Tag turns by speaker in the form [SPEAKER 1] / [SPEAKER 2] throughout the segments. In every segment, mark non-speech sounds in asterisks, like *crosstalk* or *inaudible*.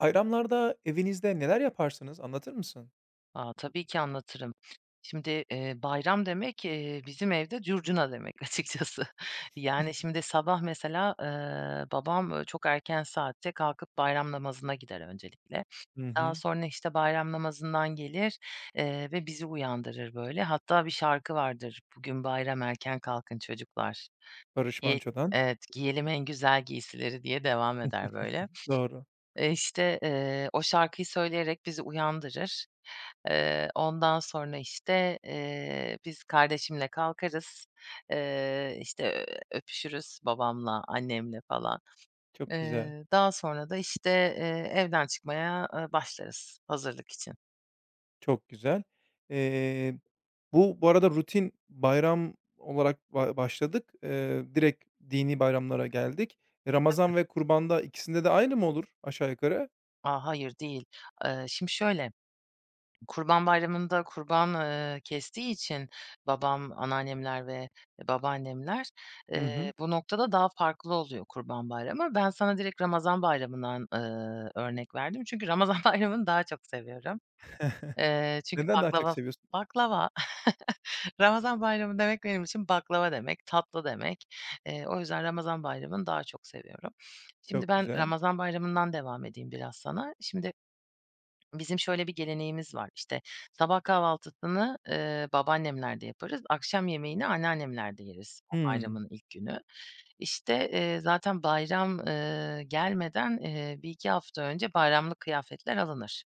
[SPEAKER 1] Bayramlarda evinizde neler yaparsınız, anlatır mısın?
[SPEAKER 2] A, tabii ki anlatırım. Şimdi, bayram demek, bizim evde curcuna demek açıkçası. *laughs* Yani, şimdi sabah mesela, babam, çok erken saatte kalkıp bayram namazına gider öncelikle.
[SPEAKER 1] Hı
[SPEAKER 2] Daha
[SPEAKER 1] hı.
[SPEAKER 2] sonra, işte, bayram namazından gelir, ve bizi uyandırır böyle. Hatta bir şarkı vardır, "Bugün bayram erken kalkın çocuklar."
[SPEAKER 1] Barış
[SPEAKER 2] Giye
[SPEAKER 1] Manço'dan.
[SPEAKER 2] Evet, "Giyelim en güzel giysileri." diye devam eder böyle.
[SPEAKER 1] Doğru.
[SPEAKER 2] İşte, o şarkıyı söyleyerek bizi uyandırır. Ondan sonra, işte, biz kardeşimle kalkarız, işte, öpüşürüz babamla, annemle falan.
[SPEAKER 1] Çok güzel,
[SPEAKER 2] Daha sonra da, işte, evden çıkmaya, başlarız hazırlık için.
[SPEAKER 1] çok güzel. Eee, bu arada rutin bayram olarak başladık. Direkt dini bayramlara geldik. E, Ramazan ve kurbanda ikisinde de aynı mı olur aşağı yukarı?
[SPEAKER 2] A, hayır değil. Şimdi şöyle Kurban Bayramı'nda kurban, kestiği için babam, anneannemler ve babaannemler,
[SPEAKER 1] Hı hı.
[SPEAKER 2] bu noktada daha farklı oluyor Kurban Bayramı. Ben sana direkt Ramazan Bayramı'ndan, örnek verdim. Çünkü Ramazan *laughs* Bayramı'nı daha çok seviyorum.
[SPEAKER 1] *laughs*
[SPEAKER 2] Çünkü
[SPEAKER 1] Neden daha çok
[SPEAKER 2] baklava
[SPEAKER 1] seviyorsun?
[SPEAKER 2] baklava *laughs* Ramazan Bayramı demek benim için baklava demek, tatlı demek. O yüzden Ramazan Bayramı'nı daha çok seviyorum. Şimdi
[SPEAKER 1] Çok
[SPEAKER 2] ben
[SPEAKER 1] güzel.
[SPEAKER 2] Ramazan Bayramı'ndan devam edeyim biraz sana. Şimdi bizim şöyle bir geleneğimiz var, işte, sabah kahvaltısını, babaannemlerde yaparız, akşam yemeğini anneannemlerde yeriz o
[SPEAKER 1] Hımm.
[SPEAKER 2] bayramın ilk günü. İşte, zaten bayram, gelmeden, 1-2 hafta önce bayramlık kıyafetler alınır.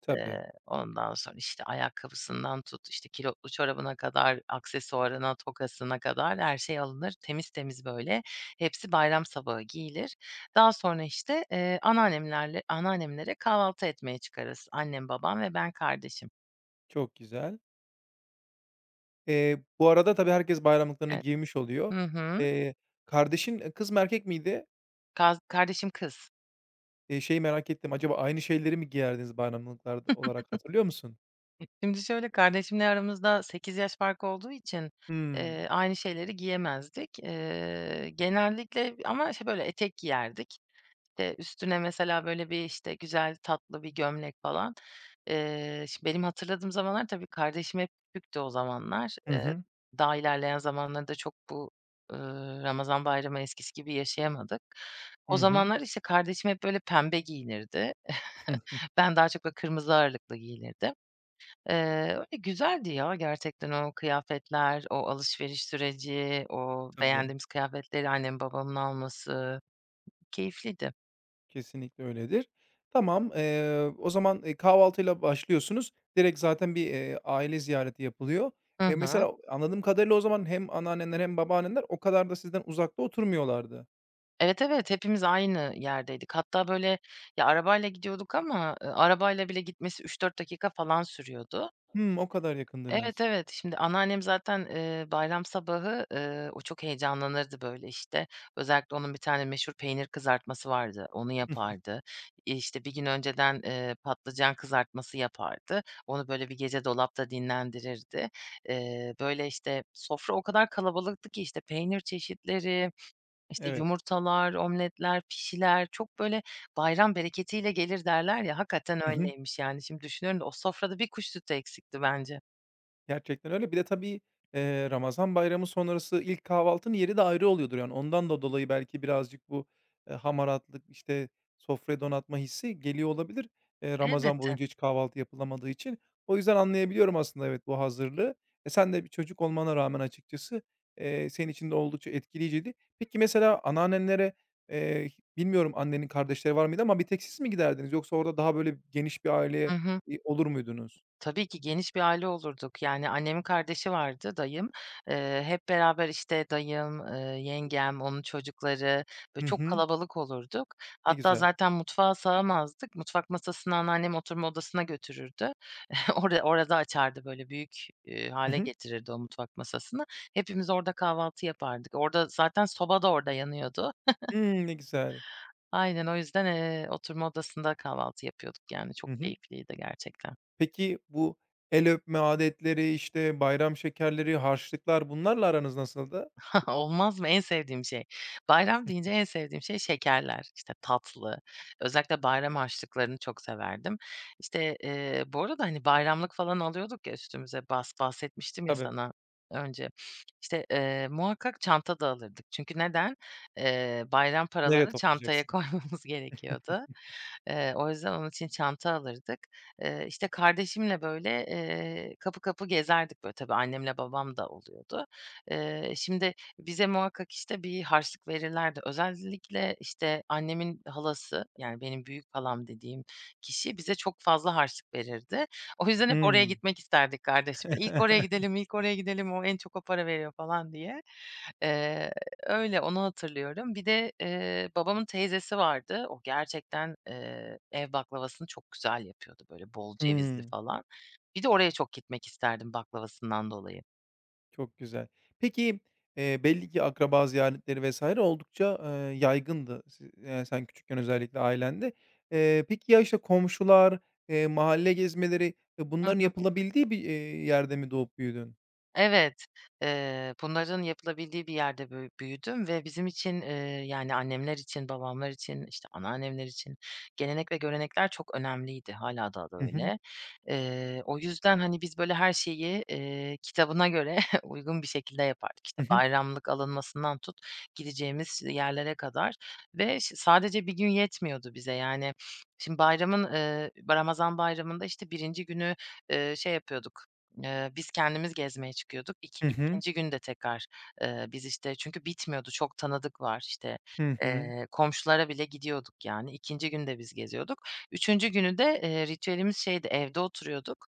[SPEAKER 1] Tabii,
[SPEAKER 2] Ondan sonra, işte, ayakkabısından tut, işte, kilotlu çorabına kadar, aksesuarına, tokasına kadar her şey alınır. Temiz temiz, böyle, hepsi bayram sabahı giyilir. Daha sonra, işte, anneannemlere kahvaltı etmeye çıkarız. Annem, babam ve ben kardeşim.
[SPEAKER 1] çok güzel. Bu arada tabii herkes bayramlıklarını
[SPEAKER 2] Evet.
[SPEAKER 1] giymiş oluyor.
[SPEAKER 2] Hı hı.
[SPEAKER 1] Eee, kardeşin, kız mı erkek miydi?
[SPEAKER 2] Kardeşim kız.
[SPEAKER 1] Şeyi merak ettim, acaba aynı şeyleri mi giyerdiniz bayramlıklarda olarak hatırlıyor musun?
[SPEAKER 2] *laughs* Şimdi şöyle, kardeşimle aramızda 8 yaş farkı olduğu için,
[SPEAKER 1] Hımm.
[SPEAKER 2] aynı şeyleri giyemezdik. Genellikle ama, işte, böyle, etek giyerdik. İşte, üstüne mesela, böyle, bir, işte, güzel tatlı bir gömlek falan. Şi benim hatırladığım zamanlar tabii kardeşim hep küçüktü o zamanlar.
[SPEAKER 1] Hı hı.
[SPEAKER 2] Daha ilerleyen zamanlarda çok bu, Ramazan bayramı eskisi gibi yaşayamadık. O
[SPEAKER 1] Hı hı.
[SPEAKER 2] zamanlar, işte, kardeşim hep, böyle, pembe giyinirdi. *laughs*
[SPEAKER 1] Hıh.
[SPEAKER 2] Ben daha çok, böyle, kırmızı ağırlıklı giyinirdim. Öyle güzeldi ya gerçekten o kıyafetler, o alışveriş süreci, o
[SPEAKER 1] Tabii,
[SPEAKER 2] beğendiğimiz kıyafetleri annem babamın alması keyifliydi.
[SPEAKER 1] kesinlikle öyledir. Tamam, o zaman, kahvaltıyla başlıyorsunuz. Direkt zaten bir, aile ziyareti yapılıyor.
[SPEAKER 2] Hı hı.
[SPEAKER 1] Mesela anladığım kadarıyla o zaman hem anneanneler hem babaanneler o kadar da sizden uzakta oturmuyorlardı.
[SPEAKER 2] Evet, evet, hepimiz aynı yerdeydik. Hatta, böyle, ya, arabayla gidiyorduk ama, arabayla bile gitmesi 3-4 dakika falan sürüyordu.
[SPEAKER 1] Hımm, o kadar
[SPEAKER 2] Evet,
[SPEAKER 1] yakındınız.
[SPEAKER 2] evet. Şimdi anneannem zaten, bayram sabahı, o çok heyecanlanırdı, böyle, işte. Özellikle onun bir tane meşhur peynir kızartması vardı, onu yapardı. İşte, bir gün önceden, patlıcan kızartması yapardı. Onu, böyle, bir gece dolapta dinlendirirdi. Böyle, işte, sofra o kadar kalabalıktı ki, işte, peynir çeşitleri işte,
[SPEAKER 1] Evet.
[SPEAKER 2] yumurtalar, omletler, pişiler çok böyle bayram bereketiyle gelir derler ya, hakikaten
[SPEAKER 1] Hı hı.
[SPEAKER 2] öyleymiş yani. Şimdi düşünüyorum da o sofrada bir kuş sütü eksikti bence.
[SPEAKER 1] Gerçekten öyle. Bir de tabii, Ramazan bayramı sonrası ilk kahvaltının yeri de ayrı oluyordur. Yani ondan da dolayı belki birazcık bu, hamaratlık, işte, sofrayı donatma hissi geliyor olabilir. Ramazan
[SPEAKER 2] Elbette.
[SPEAKER 1] boyunca hiç kahvaltı yapılamadığı için. O yüzden anlayabiliyorum aslında evet bu hazırlığı. E, sen de bir çocuk olmana rağmen açıkçası, senin için de oldukça etkileyiciydi. Peki mesela anneannenlere, eee, bilmiyorum annenin kardeşleri var mıydı ama bir tek siz mi giderdiniz yoksa orada daha böyle geniş bir
[SPEAKER 2] Hı
[SPEAKER 1] aileye,
[SPEAKER 2] hı.
[SPEAKER 1] olur muydunuz?
[SPEAKER 2] Tabii ki geniş bir aile olurduk. Yani annemin kardeşi vardı, dayım. Hep beraber, işte, dayım, yengem, onun çocukları, böyle
[SPEAKER 1] Hı
[SPEAKER 2] çok
[SPEAKER 1] hı.
[SPEAKER 2] kalabalık olurduk.
[SPEAKER 1] Ne
[SPEAKER 2] Hatta
[SPEAKER 1] güzel.
[SPEAKER 2] zaten mutfağa sığamazdık. Mutfak masasını anneannem oturma odasına götürürdü. *laughs* Orada açardı, böyle, büyük, hâle
[SPEAKER 1] *laughs*
[SPEAKER 2] getirirdi o mutfak masasını. Hepimiz orada kahvaltı yapardık. Orada zaten soba da orada yanıyordu.
[SPEAKER 1] Hımm, ne güzel.
[SPEAKER 2] Aynen, o yüzden, oturma odasında kahvaltı yapıyorduk, yani, çok
[SPEAKER 1] Hı hı.
[SPEAKER 2] keyifliydi gerçekten.
[SPEAKER 1] Peki bu el öpme adetleri, işte, bayram şekerleri, harçlıklar bunlarla aranız nasıldı?
[SPEAKER 2] *laughs* Olmaz mı? En sevdiğim şey. Bayram deyince en sevdiğim şey şekerler. İşte tatlı. Özellikle bayram harçlıklarını çok severdim. İşte, bu arada, hani, bayramlık falan alıyorduk ya üstümüze. Bahsetmiştim ya
[SPEAKER 1] Tabii.
[SPEAKER 2] sana önce. İşte, muhakkak çanta da alırdık. Çünkü neden? Bayram
[SPEAKER 1] Nereye
[SPEAKER 2] paralarını çantaya *laughs*
[SPEAKER 1] toplayacaksın?
[SPEAKER 2] koymamız gerekiyordu. O yüzden onun için çanta alırdık. İşte, kardeşimle, böyle, kapı kapı gezerdik, böyle. Tabii annemle babam da oluyordu. Şimdi bize muhakkak, işte, bir harçlık verirlerdi. Özellikle, işte, annemin halası, yani, benim büyük halam dediğim kişi bize çok fazla harçlık verirdi. O yüzden hep oraya
[SPEAKER 1] Hımm.
[SPEAKER 2] gitmek isterdik kardeşimle. "İlk oraya
[SPEAKER 1] *laughs*
[SPEAKER 2] gidelim, ilk oraya gidelim, o en çok o para veriyor." falan diye. Eee, öyle, onu hatırlıyorum. Bir de, babamın teyzesi vardı. O gerçekten, ev baklavasını çok güzel yapıyordu, böyle, bol cevizli
[SPEAKER 1] Hımm.
[SPEAKER 2] falan. Bir de oraya çok gitmek isterdim baklavasından dolayı.
[SPEAKER 1] Çok güzel. Peki, belli ki akraba ziyaretleri vs. oldukça, yaygındı sen küçükken özellikle ailende. Peki ya, işte, komşular, mahalle gezmeleri, e, bunların yapılabildiği bir, yerde mi doğup büyüdün?
[SPEAKER 2] Evet, bunların yapılabildiği bir yerde büyüdüm ve bizim için, yani annemler için, babamlar için, işte, anneannemler için gelenek ve görenekler çok önemliydi. Hâlâ daha da
[SPEAKER 1] Hı hı.
[SPEAKER 2] öyle. O yüzden, hani, biz böyle her şeyi, kitabına göre *laughs* uygun bir şekilde yapardık. İşte,
[SPEAKER 1] Hı hı.
[SPEAKER 2] bayramlık alınmasından tut, gideceğimiz yerlere kadar ve sadece bir gün yetmiyordu bize. Yani, şimdi bayramın, Ramazan bayramında, işte, birinci günü, şey yapıyorduk, biz kendimiz gezmeye çıkıyorduk. İki
[SPEAKER 1] Hı hı.
[SPEAKER 2] ikinci gün de tekrar, biz, işte, çünkü bitmiyordu, çok tanıdık var. İşte
[SPEAKER 1] Hı hı. Hı
[SPEAKER 2] komşulara bile gidiyorduk yani. İkinci gün de biz geziyorduk. Üçüncü günü de, ritüelimiz şeydi, evde oturuyorduk.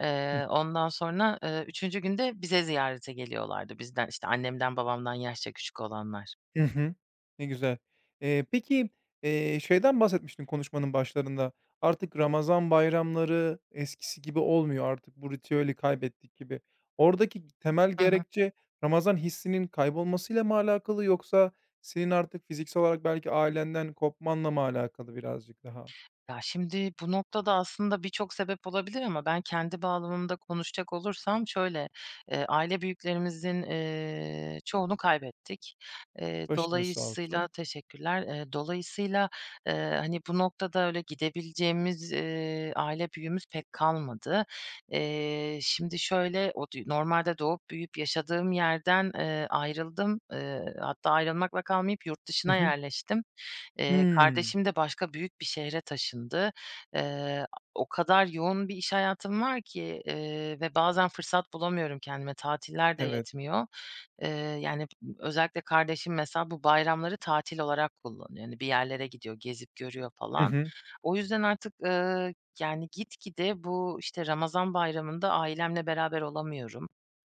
[SPEAKER 2] Ondan sonra, 3. gün de bize ziyarete geliyorlardı bizden, işte, annemden babamdan yaşça küçük olanlar.
[SPEAKER 1] Hı hı. Ne güzel. Peki, şeyden bahsetmiştin konuşmanın başlarında. Artık Ramazan bayramları eskisi gibi olmuyor. Artık bu ritüeli kaybettik gibi. Oradaki temel
[SPEAKER 2] Hı hı.
[SPEAKER 1] gerekçe Ramazan hissinin kaybolmasıyla mı alakalı yoksa senin artık fiziksel olarak belki ailenden kopmanla mı alakalı birazcık daha?
[SPEAKER 2] Ya, şimdi bu noktada aslında birçok sebep olabilir ama ben kendi bağlamımda konuşacak olursam şöyle, aile büyüklerimizin, çoğunu kaybettik.
[SPEAKER 1] Başınız sağ
[SPEAKER 2] Dolayısıyla
[SPEAKER 1] olsun.
[SPEAKER 2] Teşekkürler. Dolayısıyla, eee, hani, bu noktada öyle gidebileceğimiz, aile büyüğümüz pek kalmadı. Şimdi şöyle, o normalde doğup büyüyüp yaşadığım yerden, ayrıldım. Hatta ayrılmakla kalmayıp yurt
[SPEAKER 1] Hı
[SPEAKER 2] dışına
[SPEAKER 1] hı.
[SPEAKER 2] yerleştim.
[SPEAKER 1] Hımm.
[SPEAKER 2] Kardeşim de başka büyük bir şehre taşındı. Eee, o kadar yoğun bir iş hayatım var ki, ve bazen fırsat bulamıyorum kendime, tatiller de
[SPEAKER 1] Evet.
[SPEAKER 2] yetmiyor. Eee, yani, özellikle kardeşim mesela bu bayramları tatil olarak kullanıyor. Yani bir yerlere gidiyor, gezip görüyor
[SPEAKER 1] Hı
[SPEAKER 2] falan.
[SPEAKER 1] hı.
[SPEAKER 2] O yüzden artık, yani, gitgide bu, işte, Ramazan Bayramı'nda ailemle beraber olamıyorum.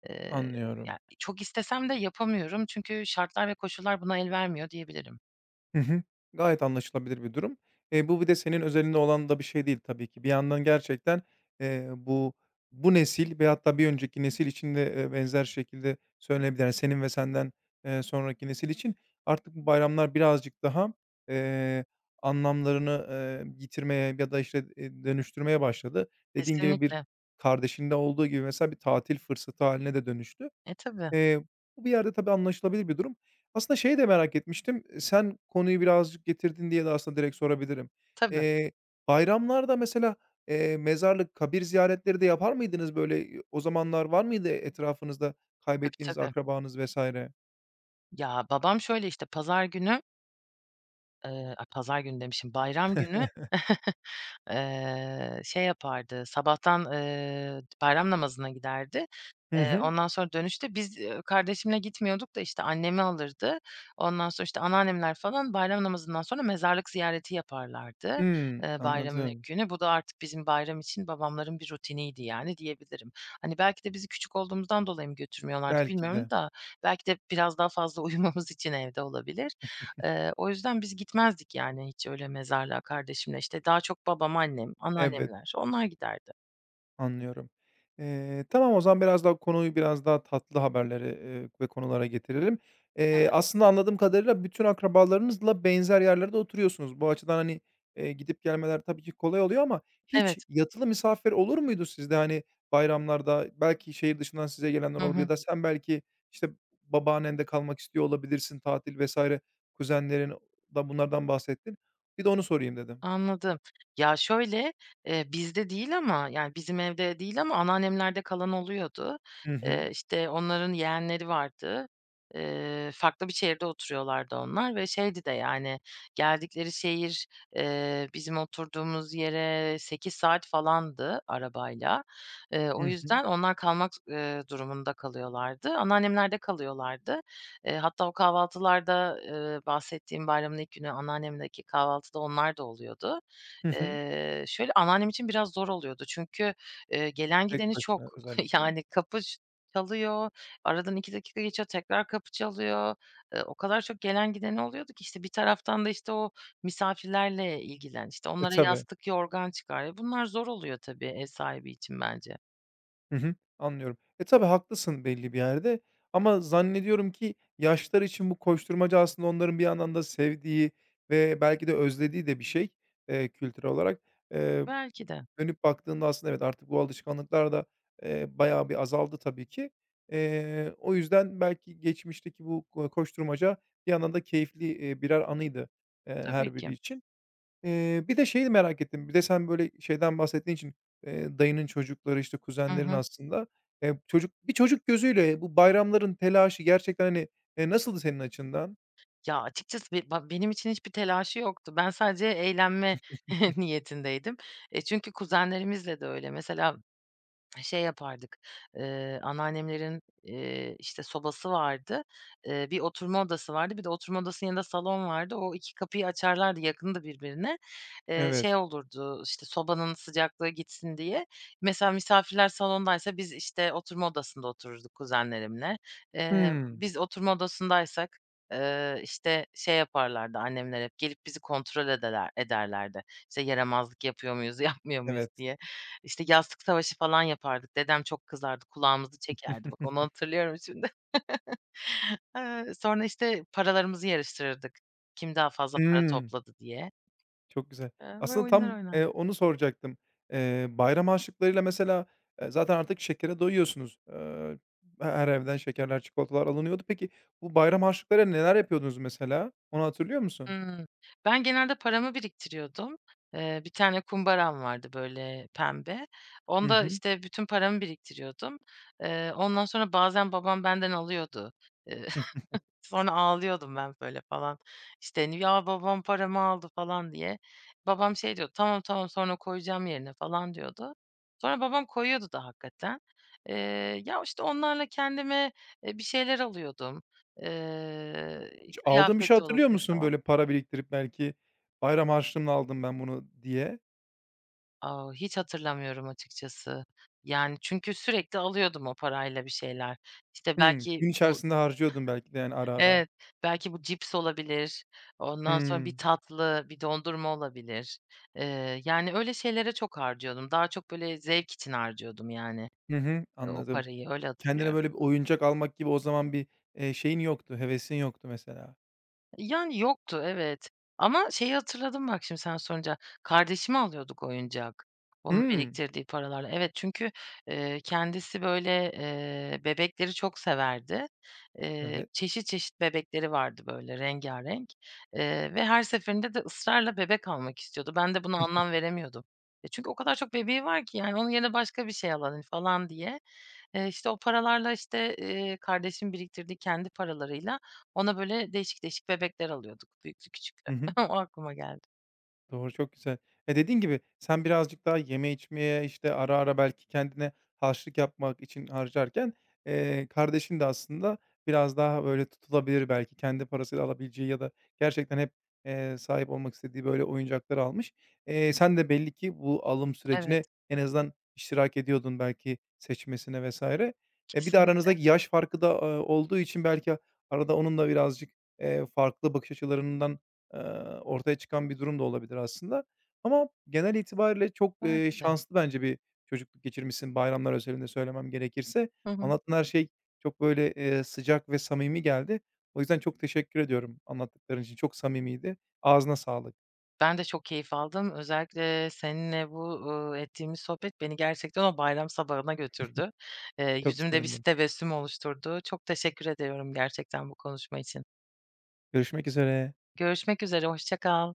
[SPEAKER 2] Eee, ya,
[SPEAKER 1] Anlıyorum.
[SPEAKER 2] çok istesem de yapamıyorum çünkü şartlar ve koşullar buna el vermiyor diyebilirim.
[SPEAKER 1] Hı hı. Gayet anlaşılabilir bir durum. Bu bir de senin özelinde olan da bir şey değil tabii ki. Bir yandan gerçekten, eee, bu bu nesil ve hatta bir önceki nesil için de, benzer şekilde söylenebilir. Yani senin ve senden, sonraki nesil için artık bu bayramlar birazcık daha, eee, anlamlarını, yitirmeye ya da, işte, dönüştürmeye başladı. Dediğin gibi bir
[SPEAKER 2] Kesinlikle.
[SPEAKER 1] kardeşinde olduğu gibi mesela bir tatil fırsatı haline de dönüştü.
[SPEAKER 2] E, tabii.
[SPEAKER 1] Eee, bu bir yerde tabii anlaşılabilir bir durum. Aslında şeyi de merak etmiştim, sen konuyu birazcık getirdin diye de aslında direkt sorabilirim.
[SPEAKER 2] Tabii.
[SPEAKER 1] Eee, bayramlarda mesela, mezarlık, kabir ziyaretleri de yapar mıydınız böyle? O zamanlar var mıydı etrafınızda
[SPEAKER 2] Tabii,
[SPEAKER 1] kaybettiğiniz
[SPEAKER 2] tabii.
[SPEAKER 1] akrabanız vesaire?
[SPEAKER 2] Ya, babam şöyle, işte, pazar günü, ay, pazar günü demişim, bayram günü.
[SPEAKER 1] *laughs*
[SPEAKER 2] *laughs* Şey yapardı, sabahtan, bayram namazına giderdi.
[SPEAKER 1] Hı hı.
[SPEAKER 2] Ondan sonra dönüşte biz, kardeşimle gitmiyorduk da, işte, annemi alırdı. Ondan sonra, işte, anneannemler falan bayram namazından sonra mezarlık ziyareti yaparlardı,
[SPEAKER 1] Hımm,
[SPEAKER 2] bayramın ilk
[SPEAKER 1] anladım.
[SPEAKER 2] günü. Bu da artık bizim bayram için babamların bir rutiniydi, yani, diyebilirim. Hani, belki de bizi küçük olduğumuzdan dolayı mı götürmüyorlardı
[SPEAKER 1] Belki
[SPEAKER 2] bilmiyorum
[SPEAKER 1] de.
[SPEAKER 2] da belki de biraz daha fazla *laughs* uyumamız için evde olabilir. O yüzden biz gitmezdik yani hiç öyle mezarlığa kardeşimle. İşte, daha çok babam, annem,
[SPEAKER 1] Evet.
[SPEAKER 2] anneannemler onlar giderdi.
[SPEAKER 1] Anlıyorum. Tamam, o zaman biraz daha konuyu biraz daha tatlı haberlere, ve konulara getirelim.
[SPEAKER 2] Evet,
[SPEAKER 1] Aslında anladığım kadarıyla bütün akrabalarınızla benzer yerlerde oturuyorsunuz. Bu açıdan, hani, gidip gelmeler tabii ki kolay oluyor ama hiç
[SPEAKER 2] evet.
[SPEAKER 1] yatılı misafir olur muydu sizde? Hani, bayramlarda belki şehir dışından size gelenler
[SPEAKER 2] Hı
[SPEAKER 1] olabilir
[SPEAKER 2] hı.
[SPEAKER 1] ya da sen belki, işte, babaannende kalmak istiyor olabilirsin, tatil vesaire kuzenlerin da bunlardan bahsettin. Bir de onu sorayım dedim.
[SPEAKER 2] Anladım. Ya, şöyle, bizde değil ama, yani, bizim evde değil ama anneannemlerde kalan oluyordu.
[SPEAKER 1] Hı hı.
[SPEAKER 2] İşte, onların yeğenleri vardı. Farklı bir şehirde oturuyorlardı onlar ve şeydi de, yani, geldikleri şehir, bizim oturduğumuz yere 8 saat falandı arabayla. O
[SPEAKER 1] Hı hı.
[SPEAKER 2] yüzden onlar kalmak, durumunda kalıyorlardı. Anneannemlerde kalıyorlardı. Hatta o kahvaltılarda, bahsettiğim bayramın ilk günü anneannemdeki kahvaltıda onlar da oluyordu.
[SPEAKER 1] Hı hı.
[SPEAKER 2] Şöyle, anneannem için biraz zor oluyordu çünkü, gelen
[SPEAKER 1] Tek
[SPEAKER 2] gideni çok.
[SPEAKER 1] başına
[SPEAKER 2] *laughs*
[SPEAKER 1] özellikle.
[SPEAKER 2] Yani kapı çalıyor, aradan 2 dakika geçiyor, tekrar kapı çalıyor. O kadar çok gelen gideni oluyordu ki, işte, bir taraftan da, işte, o misafirlerle ilgilen, işte,
[SPEAKER 1] E,
[SPEAKER 2] onlara
[SPEAKER 1] tabii.
[SPEAKER 2] yastık, yorgan çıkar. E, bunlar zor oluyor tabii ev sahibi için bence.
[SPEAKER 1] Hı hı. Anlıyorum. E, tabii haklısın belli bir yerde ama zannediyorum ki yaşlılar için bu koşturmaca aslında onların bir yandan da sevdiği ve belki de özlediği de bir şey, kültürel olarak. Eee,
[SPEAKER 2] Belki de.
[SPEAKER 1] dönüp baktığında aslında evet, artık bu alışkanlıklar da, bayağı bir azaldı tabii ki. O yüzden belki geçmişteki bu koşturmaca bir yandan da keyifli, birer anıydı,
[SPEAKER 2] Tabii
[SPEAKER 1] her
[SPEAKER 2] ki.
[SPEAKER 1] biri için. Bir de şeyi merak ettim. Bir de sen böyle şeyden bahsettiğin için, dayının çocukları, işte,
[SPEAKER 2] Hı
[SPEAKER 1] kuzenlerin
[SPEAKER 2] hı.
[SPEAKER 1] aslında, bir çocuk gözüyle bu bayramların telaşı gerçekten, hani, nasıldı senin açından?
[SPEAKER 2] Ya, açıkçası be ba benim için hiçbir telaşı yoktu. Ben sadece eğlenme *laughs* niyetindeydim. E, çünkü kuzenlerimizle de öyle. Mesela şey yapardık, anneannemlerin, işte, sobası vardı. Bir oturma odası vardı, bir de oturma odasının yanında salon vardı. O 2 kapıyı açarlardı, yakında birbirine. Şey
[SPEAKER 1] Evet.
[SPEAKER 2] olurdu, işte, sobanın sıcaklığı gitsin diye. Mesela misafirler salondaysa biz, işte, oturma odasında otururduk kuzenlerimle.
[SPEAKER 1] Hımm.
[SPEAKER 2] Biz oturma odasındaysak, işte, şey yaparlardı annemler hep, gelip bizi kontrol ederlerdi. İşte, yaramazlık yapıyor muyuz, *laughs* yapmıyor muyuz
[SPEAKER 1] Evet.
[SPEAKER 2] diye. İşte, yastık savaşı falan yapardık. Dedem çok kızardı, kulağımızı çekerdi. Bak, onu
[SPEAKER 1] *laughs*
[SPEAKER 2] hatırlıyorum şimdi. *laughs* Sonra, işte, paralarımızı yarıştırırdık. Kim daha fazla para
[SPEAKER 1] Hımm.
[SPEAKER 2] topladı diye.
[SPEAKER 1] Çok güzel.
[SPEAKER 2] Böyle
[SPEAKER 1] Aslında
[SPEAKER 2] oyunlar
[SPEAKER 1] tam,
[SPEAKER 2] oynardık.
[SPEAKER 1] onu soracaktım. Bayram harçlıklarıyla mesela, zaten artık şekere doyuyorsunuz. Her evden şekerler, çikolatalar alınıyordu. Peki bu bayram harçlıklarıyla neler yapıyordunuz mesela? Onu hatırlıyor musun?
[SPEAKER 2] Hımm. Ben genelde paramı biriktiriyordum. Bir tane kumbaram vardı, böyle, pembe.
[SPEAKER 1] Hı
[SPEAKER 2] Onda,
[SPEAKER 1] hı.
[SPEAKER 2] işte, bütün paramı biriktiriyordum. Ondan sonra bazen babam benden alıyordu. Eee Sonra ağlıyordum ben böyle falan. İşte, hani, "Ya, babam paramı aldı." falan diye. Babam şey diyordu, "Tamam, tamam, sonra koyacağım yerine." falan diyordu. Sonra babam koyuyordu da hakikaten. Ya, işte, onlarla kendime, bir şeyler alıyordum.
[SPEAKER 1] Hiç aldığın bir şey
[SPEAKER 2] Kıyafet
[SPEAKER 1] hatırlıyor
[SPEAKER 2] olabilir
[SPEAKER 1] musun?
[SPEAKER 2] falan.
[SPEAKER 1] Böyle para biriktirip belki bayram harçlığımla aldım ben bunu diye.
[SPEAKER 2] A, hiç hatırlamıyorum açıkçası. Yani, çünkü sürekli alıyordum o parayla bir şeyler. İşte,
[SPEAKER 1] Hımm.
[SPEAKER 2] belki
[SPEAKER 1] Gün
[SPEAKER 2] bu
[SPEAKER 1] içerisinde harcıyordun belki de yani ara ara.
[SPEAKER 2] Evet, belki bu cips olabilir, ondan sonra bir
[SPEAKER 1] Hımm.
[SPEAKER 2] tatlı, bir dondurma olabilir. Yani, öyle şeylere çok harcıyordum. Daha çok, böyle, zevk için harcıyordum, yani,
[SPEAKER 1] Hı hı.
[SPEAKER 2] o
[SPEAKER 1] Anladım.
[SPEAKER 2] parayı. Öyle
[SPEAKER 1] Kendine
[SPEAKER 2] hatırlıyorum.
[SPEAKER 1] böyle bir oyuncak almak gibi o zaman bir, şeyin yoktu, hevesin yoktu mesela.
[SPEAKER 2] Yani, yoktu, evet. Ama şeyi hatırladım bak şimdi sen sorunca, kardeşime alıyorduk oyuncak, onun
[SPEAKER 1] Hımm.
[SPEAKER 2] biriktirdiği paralarla. Evet, çünkü, kendisi, böyle, bebekleri çok severdi.
[SPEAKER 1] Evet.
[SPEAKER 2] Çeşit çeşit bebekleri vardı, böyle, rengârenk, ve her seferinde de ısrarla bebek almak istiyordu. Ben de buna anlam veremiyordum. E, çünkü o kadar çok bebeği var ki, yani, onun yerine başka bir şey alalım falan diye. İşte, o paralarla, işte, kardeşim biriktirdiği kendi paralarıyla ona böyle değişik değişik bebekler alıyorduk, büyüklü küçüklü.
[SPEAKER 1] Hı hı.
[SPEAKER 2] *laughs* O aklıma geldi.
[SPEAKER 1] Doğru, çok güzel. E dediğin gibi sen birazcık daha yeme içmeye, işte, ara ara belki kendine harçlık yapmak için harcarken, kardeşin de aslında biraz daha, böyle, tutulabilir belki kendi parasıyla alabileceği ya da gerçekten hep, sahip olmak istediği, böyle, oyuncakları almış. Sen de belli ki bu alım
[SPEAKER 2] Evet,
[SPEAKER 1] sürecine en azından iştirak ediyordun belki seçmesine vesaire. E, bir de
[SPEAKER 2] kesinlikle
[SPEAKER 1] aranızdaki yaş farkı da, olduğu için belki arada onun da birazcık, farklı bakış açılarından eee, ortaya çıkan bir durum da olabilir aslında. Ama genel itibariyle çok,
[SPEAKER 2] belki de.
[SPEAKER 1] şanslı bence bir çocukluk geçirmişsin bayramlar özelinde söylemem gerekirse.
[SPEAKER 2] Hı hı.
[SPEAKER 1] Anlattığın her şey çok böyle, sıcak ve samimi geldi. O yüzden çok teşekkür ediyorum anlattıkların için. Çok samimiydi. Ağzına sağlık.
[SPEAKER 2] Ben de çok keyif aldım. Özellikle seninle bu, ettiğimiz sohbet beni gerçekten o bayram sabahına götürdü.
[SPEAKER 1] Çok
[SPEAKER 2] Yüzümde bir
[SPEAKER 1] sevindim.
[SPEAKER 2] tebessüm oluşturdu. Çok teşekkür ediyorum gerçekten bu konuşma için.
[SPEAKER 1] Görüşmek üzere.
[SPEAKER 2] Görüşmek üzere, hoşça kal.